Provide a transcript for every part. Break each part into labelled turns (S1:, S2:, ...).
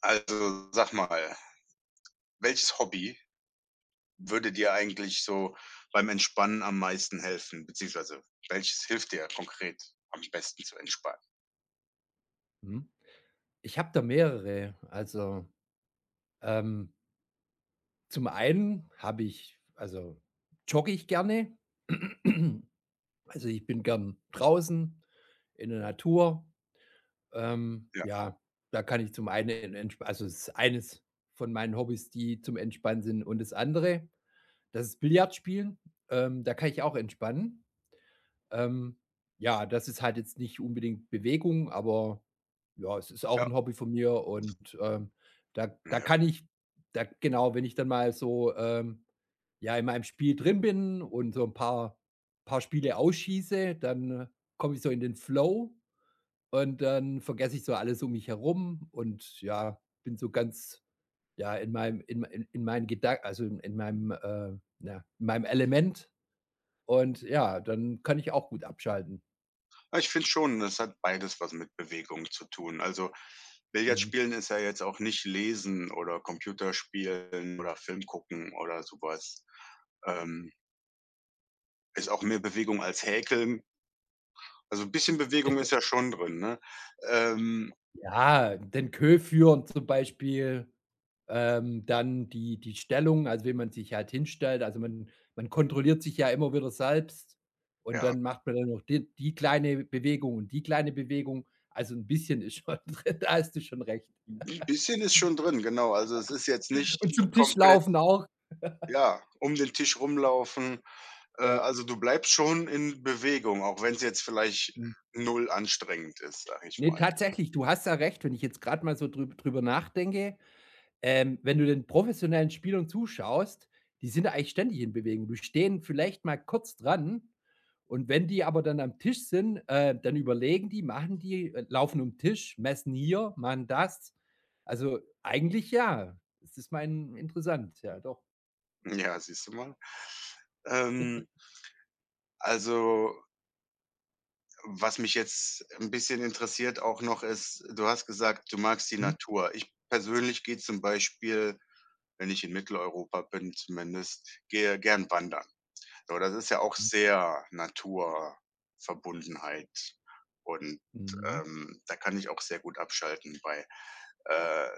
S1: Also, sag mal, welches Hobby würde dir eigentlich so beim Entspannen am meisten helfen, beziehungsweise welches hilft dir konkret am besten zu entspannen?
S2: Mhm. Ich habe da mehrere. Also, ähm, zum einen jogge ich gerne. Also, ich bin gern draußen in der Natur.
S1: Ja,
S2: Ja, da kann ich zum einen entsp also, es ist eines von meinen Hobbys, die zum Entspannen sind. Und das andere, das ist Billard spielen. Da kann ich auch entspannen. Ähm, ja, das ist halt jetzt nicht unbedingt Bewegung, aber ja, es ist auch
S1: ja,
S2: ein Hobby von mir und, da
S1: na
S2: da
S1: ja.
S2: kann ich da genau, wenn ich dann mal so, ja, in meinem Spiel drin bin und so ein paar Spiele ausschieße, dann komme ich so in den Flow und dann vergesse ich so alles um mich herum und ja, bin so ganz, ja, in meinem in meinen Gedanken, also, in meinem, na in meinem Element und ja, dann kann ich auch gut abschalten.
S1: Ah, ich finde schon, das hat beides was mit Bewegung zu tun. Also, Billard
S2: Mhm.
S1: spielen ist ja jetzt auch nicht Lesen oder Computerspielen oder Film gucken oder so was. Ähm Ist auch mehr Bewegung als Häkeln. Also 'n bisschen Bewegung ist ja schon drin, ne? Ähm,
S2: Ja, den Queue führen zum Beispiel, dann die Stellung, also wie man sich halt hinstellt. Also, man kontrolliert sich ja immer wieder selbst und
S1: ja,
S2: dann macht man dann noch die kleine Bewegung und die kleine Bewegung. Also, 'n bisschen ist schon drin, da hast du schon recht.
S1: 'n bisschen ist schon drin, genau. Also, es ist jetzt nicht
S2: Und zum Tisch
S1: komplett
S2: laufen auch.
S1: ja, um den Tisch rumlaufen.
S2: Ja,
S1: Also, du bleibst schon in Bewegung, auch wenn's jetzt vielleicht
S2: mhm.
S1: null anstrengend ist, sage ich
S2: Ne,
S1: mal.
S2: tatsächlich, du hast ja recht, wenn ich jetzt grad mal so drüber nachdenke. Wenn du den professionellen Spielern zuschaust, die sind ja eigentlich ständig in Bewegung. Die stehen vielleicht mal kurz dran und wenn die aber dann am Tisch sind, dann überlegen die, machen die, laufen um 'n Tisch, messen hier, machen das. Also, eigentlich ja. Das ist mein interessant, ja doch.
S1: Ja, siehst du mal? Ähm, also, was mich jetzt 'n bisschen interessiert auch noch ist, du hast gesagt, du magst die
S2: Mhm,
S1: Natur. Ich persönlich gehe zum Beispiel, wenn ich in Mitteleuropa bin zumindest, gehe gern wandern. So, das ist ja auch sehr Naturverbundenheit und,
S2: mhm, mhm.
S1: da kann ich auch sehr gut abschalten bei. Äh,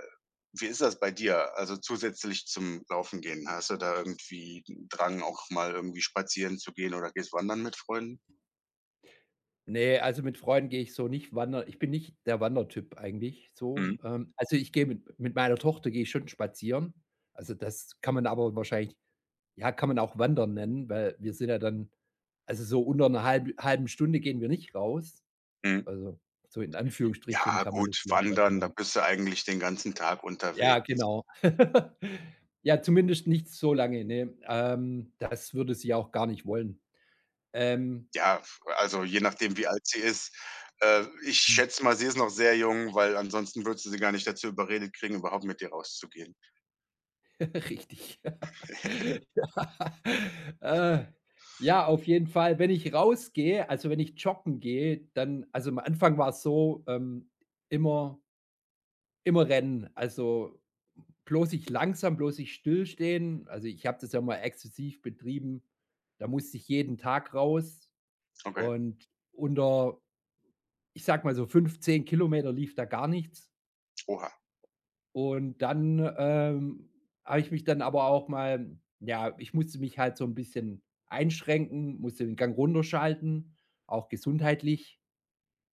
S1: Wie ist das bei dir? Also, zusätzlich zum Laufen gehen, hast du da irgendwie 'n Drang, auch mal irgendwie spazieren zu gehen oder gehst wandern mit Freunden?
S2: Ne, also mit Freunden gehe ich so nicht wandern. Ich bin nicht der Wandertyp eigentlich so.
S1: Mhm,
S2: Also, ich gehe mit meiner Tochter gehe ich schon spazieren. Also, das kann man aber wahrscheinlich. Ja, kann man auch Wandern nennen, weil wir sind ja dann also, so unter 'ner halben Stunde gehen wir nicht raus.
S1: mhm.
S2: Also, so in
S1: Ja
S2: Anführungsstrichen kann man das
S1: gut,
S2: vielleicht Wandern
S1: wandern, da
S2: nennen.
S1: bist du eigentlich den ganzen Tag unterwegs.
S2: Ja, genau. Ja, zumindest nicht so lange, ne? Das würde sie auch gar nicht wollen. Ähm,
S1: Ja, also je nachdem, wie alt sie ist. Ich
S2: hm,
S1: schätze mal, sie ist noch sehr jung, weil ansonsten würdest du sie gar nicht dazu überredet kriegen, überhaupt mit dir rauszugehen.
S2: richtig. Ja. Äh, ja, auf jeden Fall, wenn ich rausgehe also, wenn ich joggen gehe, dann also, am Anfang war's so, immer immer rennen. Also, bloß nicht langsam, bloß nicht stillstehen. Also, ich habe das ja mal exzessiv betrieben. Da musste ich jeden Tag raus
S1: Okay.
S2: und unter, ich sag mal so 5, Kilometer lief da gar nichts.
S1: Oha.
S2: Und dann, habe ich mich dann aber auch mal ja, ich musste mich halt so ein bisschen einschränken, musste den Gang runterschalten, auch gesundheitlich.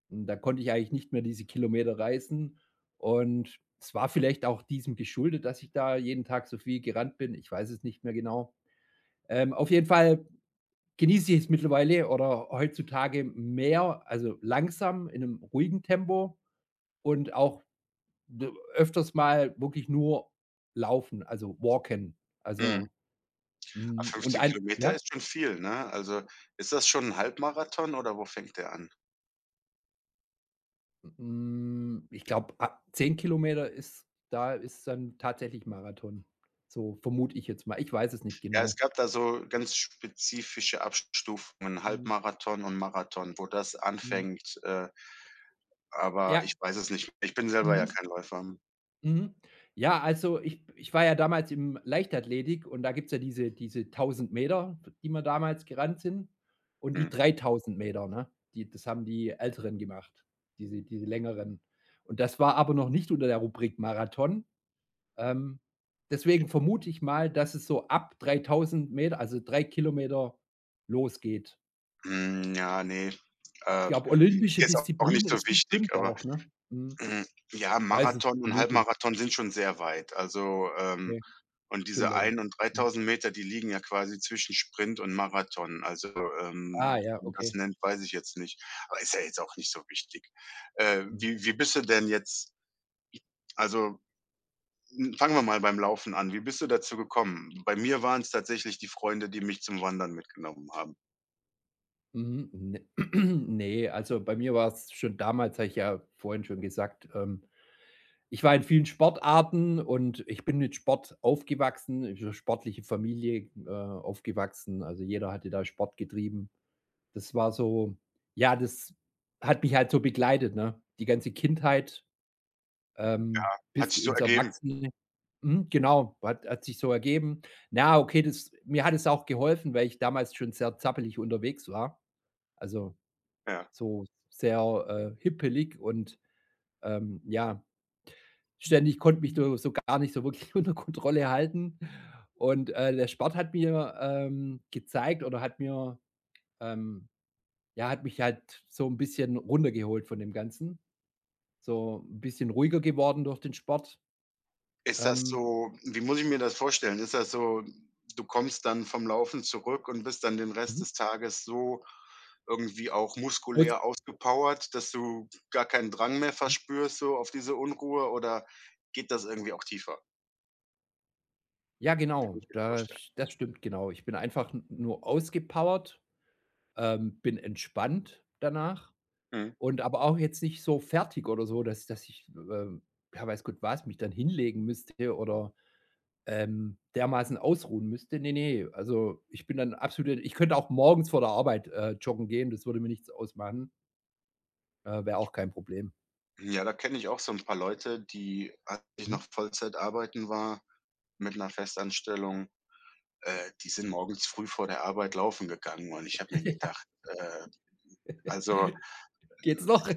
S2: Und da konnte ich eigentlich nicht mehr diese Kilometer reisen. Und es war vielleicht auch diesem geschuldet, dass ich da jeden Tag so viel gerannt bin. Ich weiß es nicht mehr genau. Auf jeden Fall genieße ich es mittlerweile oder heutzutage mehr, also langsam in einem ruhigen Tempo und auch d öfters mal wirklich nur laufen, also walken.
S1: Mhm.
S2: Also,
S1: Ah,
S2: hm, und
S1: 15
S2: ein.
S1: Kilometer ist schon viel, ne? Also, ist das schon ein Halbmarathon oder wo fängt der an?
S2: Hm, ich glaube, ab 10 km ist da ist dann tatsächlich Marathon. So vermute ich jetzt mal. Ich weiß es nicht
S1: Ja, es
S2: genau.
S1: gab da so ganz spezifische Abstufungen,
S2: Mhm,
S1: Halbmarathon und Marathon, wo das
S2: mhm.
S1: anfängt, aber ich
S2: Ja,
S1: weiß es nicht. Ich bin selber ja
S2: mhm,
S1: kein Läufer.
S2: mhm. Ja, also ich war ja damals im Leichtathletik und da gibt's ja diese 1.000 Meter, die wir damals gerannt sind und die
S1: Mhm.
S2: 3.000 Meter, ne? Die das haben die Älteren gemacht, diese längeren. Und das war aber noch nicht unter der Rubrik Marathon. Ähm, deswegen vermute ich mal, dass es so ab 3.000 Meter, also 3 Kilometer losgeht.
S1: Hm, ja, nee.
S2: Ich
S1: Äh,
S2: glaube,
S1: Ist
S2: olympische
S1: jetzt auch
S2: Disziplin
S1: nicht so
S2: ist bis
S1: wichtig,
S2: 5
S1: aber
S2: auch, ne? Mhm.
S1: hm, ja,
S2: Ja, ist 'ne
S1: Marathon und
S2: Vermutung.
S1: Halbmarathon sind schon sehr weit. Also,
S2: Okay,
S1: und
S2: schon
S1: diese
S2: länger.
S1: ein und
S2: Mhm.
S1: dreitausend Meter, die liegen ja quasi zwischen Sprint und Marathon. Also,
S2: Ah, ja,
S1: wie man das
S2: okay.
S1: nennt, weiß ich jetzt nicht. Aber ist ja jetzt auch nicht so wichtig. Äh,
S2: Mhm.
S1: wie wie bist du denn jetzt also, hm, fangen wir mal beim Laufen an. Wie bist du dazu gekommen? Bei mir waren's tatsächlich die Freunde, die mich zum Wandern mitgenommen haben.
S2: Mhm, ne ne, also bei mir war's schon damals habe ich ja vorhin schon gesagt, ich war in vielen Sportarten und ich bin mit Sport aufgewachsen, sportliche Familie, aufgewachsen. Also, jeder hatte da Sport getrieben. Das war so ja, das hat mich halt so begleitet, ne? Die ganze Kindheit,
S1: Hat
S2: bis
S1: sich so
S2: ins
S1: ergeben,
S2: Erwachsene. Mhm, genau, hat sich so ergeben. Na, okay, das mir hat es auch geholfen, weil ich damals schon sehr zappelig unterwegs war. Also,
S1: ja.
S2: so sehr, hippelig und, ja, ständig konnte mich so gar nicht so wirklich unter Kontrolle halten. Und, der Sport hat mir, gezeigt oder hat mir, ähm ja, hat mich halt so ein bisschen runtergeholt von dem Ganzen, so ein bisschen ruhiger geworden durch den Sport.
S1: Ist das
S2: Ähm,
S1: so, wie muss ich mir das vorstellen? Ist das so, du kommst dann vom Laufen zurück und bist dann den Rest
S2: Mhm.
S1: des Tages so irgendwie auch
S2: aus
S1: muskulär ausgepowert, dass du gar keinen Drang mehr
S2: hm,
S1: verspürst so auf diese Unruhe, oder geht das irgendwie auch tiefer?
S2: ja
S1: Wie muss
S2: genau,
S1: ich mir das
S2: das
S1: vorstellen?
S2: das stimmt, genau. Ich bin einfach n nur ausgepowert, bin entspannt danach
S1: Mhm.
S2: und aber auch jetzt nicht so fertig oder so, dass ich, ja, weiß Gott was, mich dann hinlegen müsste oder, dermaßen ausruhen müsste. Ne, ne, also, ich bin dann absolut ich könnte auch morgens vor der Arbeit, joggen gehen, das würde mir nichts ausmachen. Wäre auch kein Problem.
S1: Ja, da kenne ich auch so ein paar Leute, die, als ich
S2: Mhm.
S1: noch Vollzeit arbeiten war mit einer Festanstellung, die sind morgens früh vor der Arbeit laufen gegangen und ich habe mir gedacht, äh,
S2: Ja.
S1: also
S2: Geht's noch?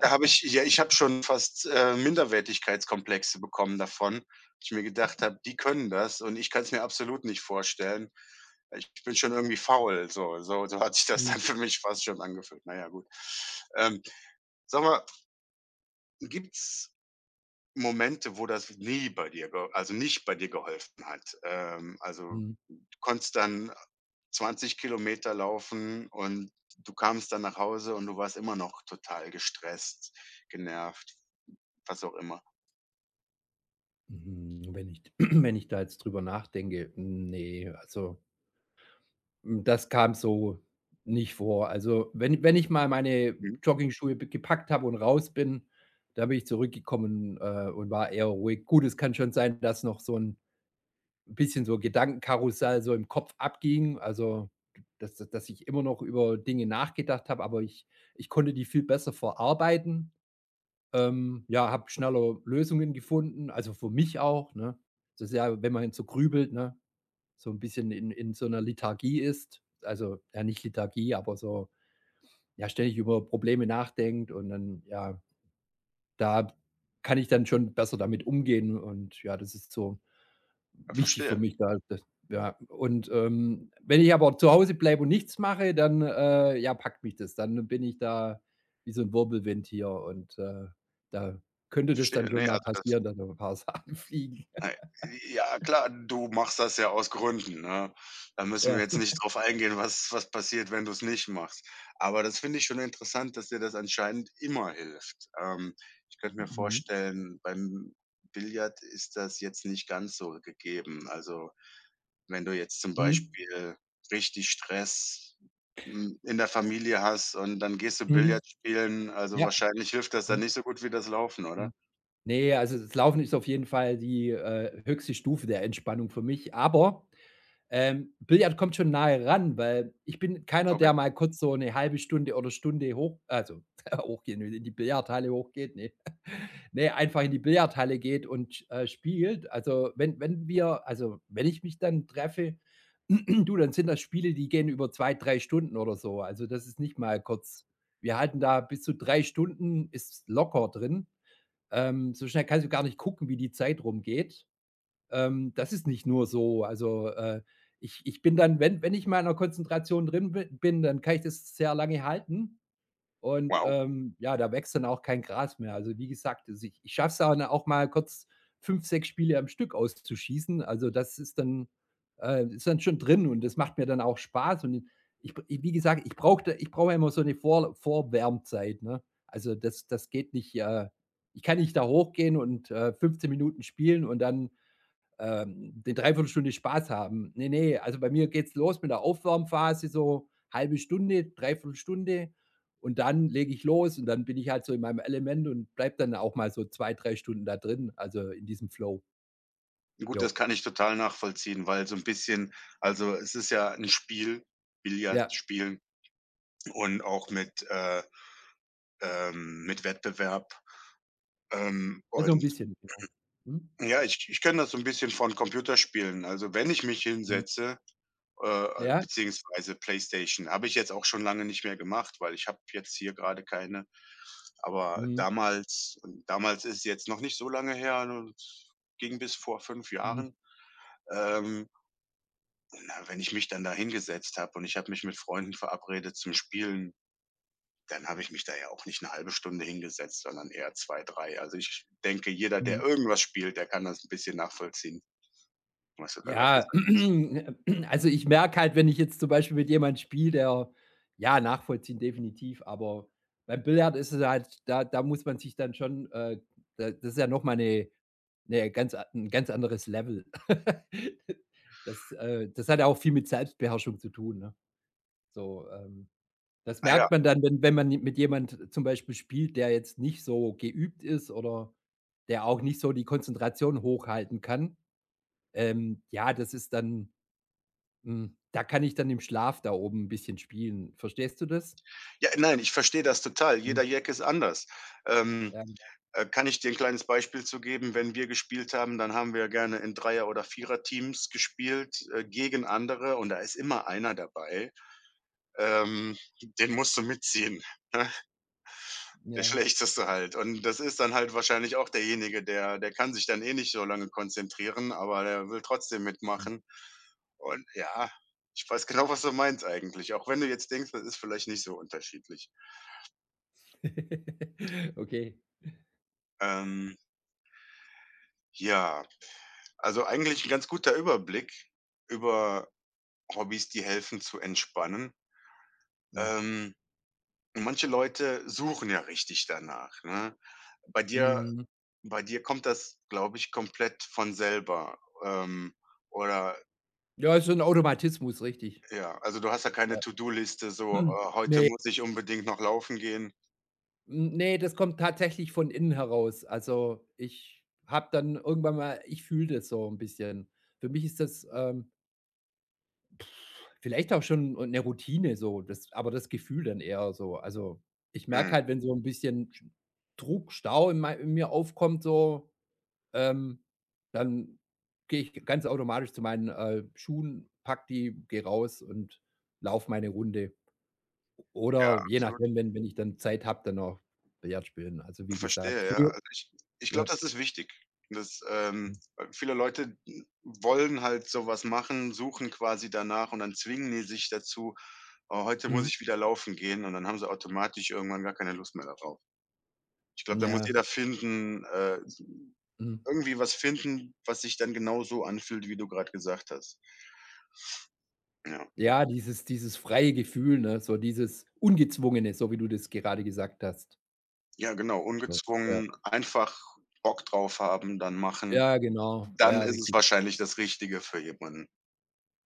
S1: da habe ich ja, ich habe schon fast, Minderwertigkeitskomplexe bekommen davon, ich mir gedacht habe: „Die können das und ich kann es mir absolut nicht vorstellen. Ich bin schon irgendwie faul.“ So so so hat sich das dann
S2: Mhm.
S1: für mich fast schon angefühlt. Na ja, gut. Ähm, Sag mal, gibt's Momente, wo das nie bei dir ge also nicht bei dir geholfen hat? Also,
S2: Mhm.
S1: du konntest dann 20 Kilometer laufen und du kamst dann nach Hause und du warst immer noch total gestresst, genervt, was auch immer.
S2: Mhm. Wenn ich wenn ich da jetzt drüber nachdenke, hm, nee, also, hm, das kam so nicht vor. Also, wenn ich mal meine
S1: Mhm.
S2: Jogging-Schuhe be gepackt habe und raus bin, da bin ich zurückgekommen, und war eher ruhig. Gut, es kann schon sein, dass noch so ein bisschen so Gedankenkarussell so im Kopf abging, also, d dass ich immer noch über Dinge nachgedacht habe, aber ich konnte die viel besser verarbeiten. Ja, habe schneller Lösungen gefunden, also für mich auch, ne? Das ist ja, wenn man so grübelt, ne, so ein bisschen in so einer Lethargie ist, also, ja, nicht Lethargie, aber so, ja, ständig über Probleme nachdenkt und dann, ja, da kann ich dann schon besser damit umgehen und ja, das ist so
S1: Ja,
S2: wichtig für
S1: verstehe.
S2: mich da das. Ja, und, wenn ich aber zu Hause bleibe und nichts mache, dann, ja, packt mich das. Dann bin ich da wie so ein Wirbelwind hier und, da könnte
S1: Ich
S2: das dann
S1: verstehe.
S2: schon
S1: Ne,
S2: mal
S1: also das
S2: passieren, dass noch 'n paar Sachen fliegen.
S1: ei ja klar, du machst das ja aus Gründen, ne? Da müssen wir
S2: Ja.
S1: jetzt nicht drauf eingehen, was was passiert, wenn du's nicht machst. Aber das finde ich schon interessant, dass dir das anscheinend immer hilft. Ich könnte mir
S2: Mhm.
S1: vorstellen, beim Billard ist das jetzt nicht ganz so gegeben. Also, wenn du jetzt zum
S2: Mhm.
S1: Beispiel richtig Stress, hm, in der Familie hast und dann gehst du
S2: Mhm.
S1: Billard spielen, also
S2: Ja.
S1: wahrscheinlich hilft das dann
S2: Mhm.
S1: nicht so gut wie das Laufen, oder?
S2: Mhm. Ne, also das Laufen ist auf jeden Fall die, höchste Stufe der Entspannung für mich, aber Billard kommt schon nahe ran, weil ich bin keiner,
S1: Okay.
S2: der mal kurz so eine halbe Stunde oder Stunde hoch also hochgehen will in die Billardhalle hochgeht, ne. Ne, einfach in die Billardhalle geht und, spielt. Also, wenn wir also, wenn ich mich dann treffe, du, dann sind das Spiele, die gehen über 2, 3 Stunden oder so. Also, das ist nicht mal kurz. Wir halten da bis zu 3 Stunden ist locker drin. So schnell kannst du gar nicht gucken, wie die Zeit rumgeht. Das ist nicht nur so. Also, ich bin dann wenn ich mal in einer Konzentration drin bi bin, dann kann ich das sehr lange halten und,
S1: Wow.
S2: ja, da wächst dann auch kein Gras mehr. Also, wie gesagt, also, ich schaffe es dann auch mal kurz 5, 6 Spiele am Stück auszuschießen. Also, das ist dann schon drin und das macht mir dann auch Spaß und ich b wie gesagt, ich brauche immer so eine Vorwärmzeit, ne? Also, das geht nicht, ich kann nicht da hochgehen und, 15 Minuten spielen und dann die Dreiviertelstunde Spaß haben. Ne, ne, also bei mir geht's los mit der Aufwärmphase, so halbe Stunde, Dreiviertelstunde und dann lege ich los und dann bin ich halt so in meinem Element und bleibe dann auch mal so 2, 3 Stunden da drin, also in diesem Flow.
S1: Gut, das
S2: Jo.
S1: kann ich total nachvollziehen, weil so ein bisschen also, es ist ja ein Spiel, Billard
S2: Ja,
S1: spielen und auch mit Wettbewerb.
S2: ja, so ein
S1: Und
S2: bisschen, genau. Mhm.
S1: ja, ich kenne das so ein bisschen von Computerspielen. Also, wenn ich mich
S2: Mhm.
S1: hinsetze, äh,
S2: Ja.
S1: beziehungsweise Playstation, habe ich jetzt auch schon lange nicht mehr gemacht, weil ich habe jetzt hier gerade keine. Aber
S2: Mhm.
S1: damals, und damals ist jetzt noch nicht so lange her, nur es ging bis vor fünf
S2: Mhm.
S1: Jahren, ähm, na, wenn ich mich dann da hingesetzt habe und ich habe mich mit Freunden verabredet zum Spielen, dann habe ich mich da ja auch nicht eine halbe Stunde hingesetzt, sondern eher 2, 3. Also, ich denke, jeder, der
S2: Mhm.
S1: irgendwas spielt, der kann das ein bisschen nachvollziehen, was du da gerade
S2: Ja,
S1: gesagt
S2: also ich merke halt, wenn ich jetzt zum Beispiel mit jemandem spiele, der ja, nachvollziehen definitiv, aber beim Billard ist es halt da muss man sich dann schon, da das ist ja noch mal eine 'ne ganz a 'n ganz anderes Level. Das, das hat ja auch viel mit Selbstbeherrschung zu tun, ne? So, das
S1: hast. Ah ja.
S2: merkt man dann, wenn man mit jemand zum Beispiel spielt, der jetzt nicht so geübt ist oder der auch nicht so die Konzentration hochhalten kann. Ja, das ist dann hm, da kann ich dann im Schlaf da oben 'n bisschen spielen. Verstehst du das?
S1: Ja, nein, ich verstehe das total.
S2: Hm,
S1: Jeder Jack ist anders. Ähm,
S2: ja,
S1: Kann ich dir ein kleines Beispiel zu geben? Wenn wir gespielt haben, dann haben wir gerne in Dreier oder Vierer-Teams gespielt, gegen andere und da ist immer einer dabei, ähm, den musst du mitziehen. Der
S2: ja.
S1: Schlechteste halt. Und das ist dann halt wahrscheinlich auch derjenige, der der kann sich dann eh nicht so lange konzentrieren, aber der will trotzdem
S2: Hm.
S1: mitmachen. Und ja, ich weiß genau, was du meinst eigentlich, auch wenn du jetzt denkst, das ist vielleicht nicht so unterschiedlich.
S2: Okay.
S1: Ähm, ja, also eigentlich 'n ganz guter Überblick über Hobbys, die helfen zu entspannen.
S2: Hm.
S1: Ähm, Manche Leute suchen ja richtig danach, ne? Bei dir
S2: Mhm.
S1: bei dir kommt das, glaube ich, komplett von selber, ähm, oder
S2: Ja, ist so 'n Automatismus, richtig.
S1: ja, also du hast ja keine
S2: Ja.
S1: To-do-Liste so:
S2: Hm,
S1: „Oh, heute
S2: ne,
S1: muss ich unbedingt noch laufen gehen.“
S2: hm, ne, das kommt tatsächlich von innen heraus. Also, ich habe dann irgendwann mal ich fühle das so 'n bisschen. Für mich ist das, vielleicht auch schon, 'ne Routine so, das aber das Gefühl dann eher so. Also, ich merke
S1: Mhm,
S2: halt, wenn so 'n bisschen Sch Druck, Stau in mei in mir aufkommt so. Ähm, dann gehe ich ganz automatisch zu meinen, Schuhen, pack die, gehe raus und laufe meine Runde.
S1: ja,
S2: Oder je
S1: absolut.
S2: nachdem, wenn ich dann Zeit habe, dann auch Billard spielen. Also, wie gesagt,
S1: Verstehe, ja.
S2: früher
S1: Also ich glaube,
S2: ja,
S1: das ist wichtig. Das,
S2: mhm,
S1: viele Leute, hm, wollen halt so was machen, suchen quasi danach und dann zwingen die sich dazu: „Oh, heute muss
S2: mhm,
S1: ich wieder laufen gehen.“ Und dann haben sie automatisch irgendwann gar keine Lust mehr darauf. Ich glaube, da muss
S2: ja,
S1: jeder finden
S2: mhm.
S1: irgendwie was finden, was sich dann genauso anfühlt, wie du gerade gesagt hast. Ja.
S2: Ja, dieses freie Gefühl, ne, so dieses Ungezwungene, so wie du das gerade gesagt hast.
S1: Ja, genau,
S2: So, ja.
S1: ungezwungen, einfach Bock drauf haben, dann machen.
S2: Ja, genau.
S1: Dann
S2: Ja,
S1: ist es
S2: richtig.
S1: wahrscheinlich das Richtige für jemanden.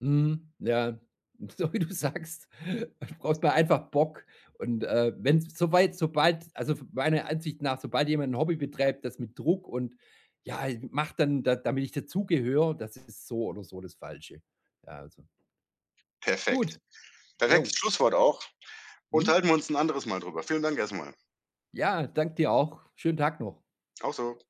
S2: Mhm, ja, so wie du sagst, braucht man einfach Bock. Und, wenn's soweit sobald also, meiner Ansicht nach, sobald jemand ein Hobby betreibt, das mit Druck und: „Ja, macht dann, da damit ich dazugehöre", das ist so oder so das Falsche. Ja, also, gut,
S1: Perfekt. Perfektes
S2: jo.
S1: Schlusswort auch.
S2: Mhm.
S1: Unterhalten wir uns ein anderes Mal drüber. Vielen Dank erstmal.
S2: Ja, danke dir auch. Schönen Tag noch.
S1: Auch so.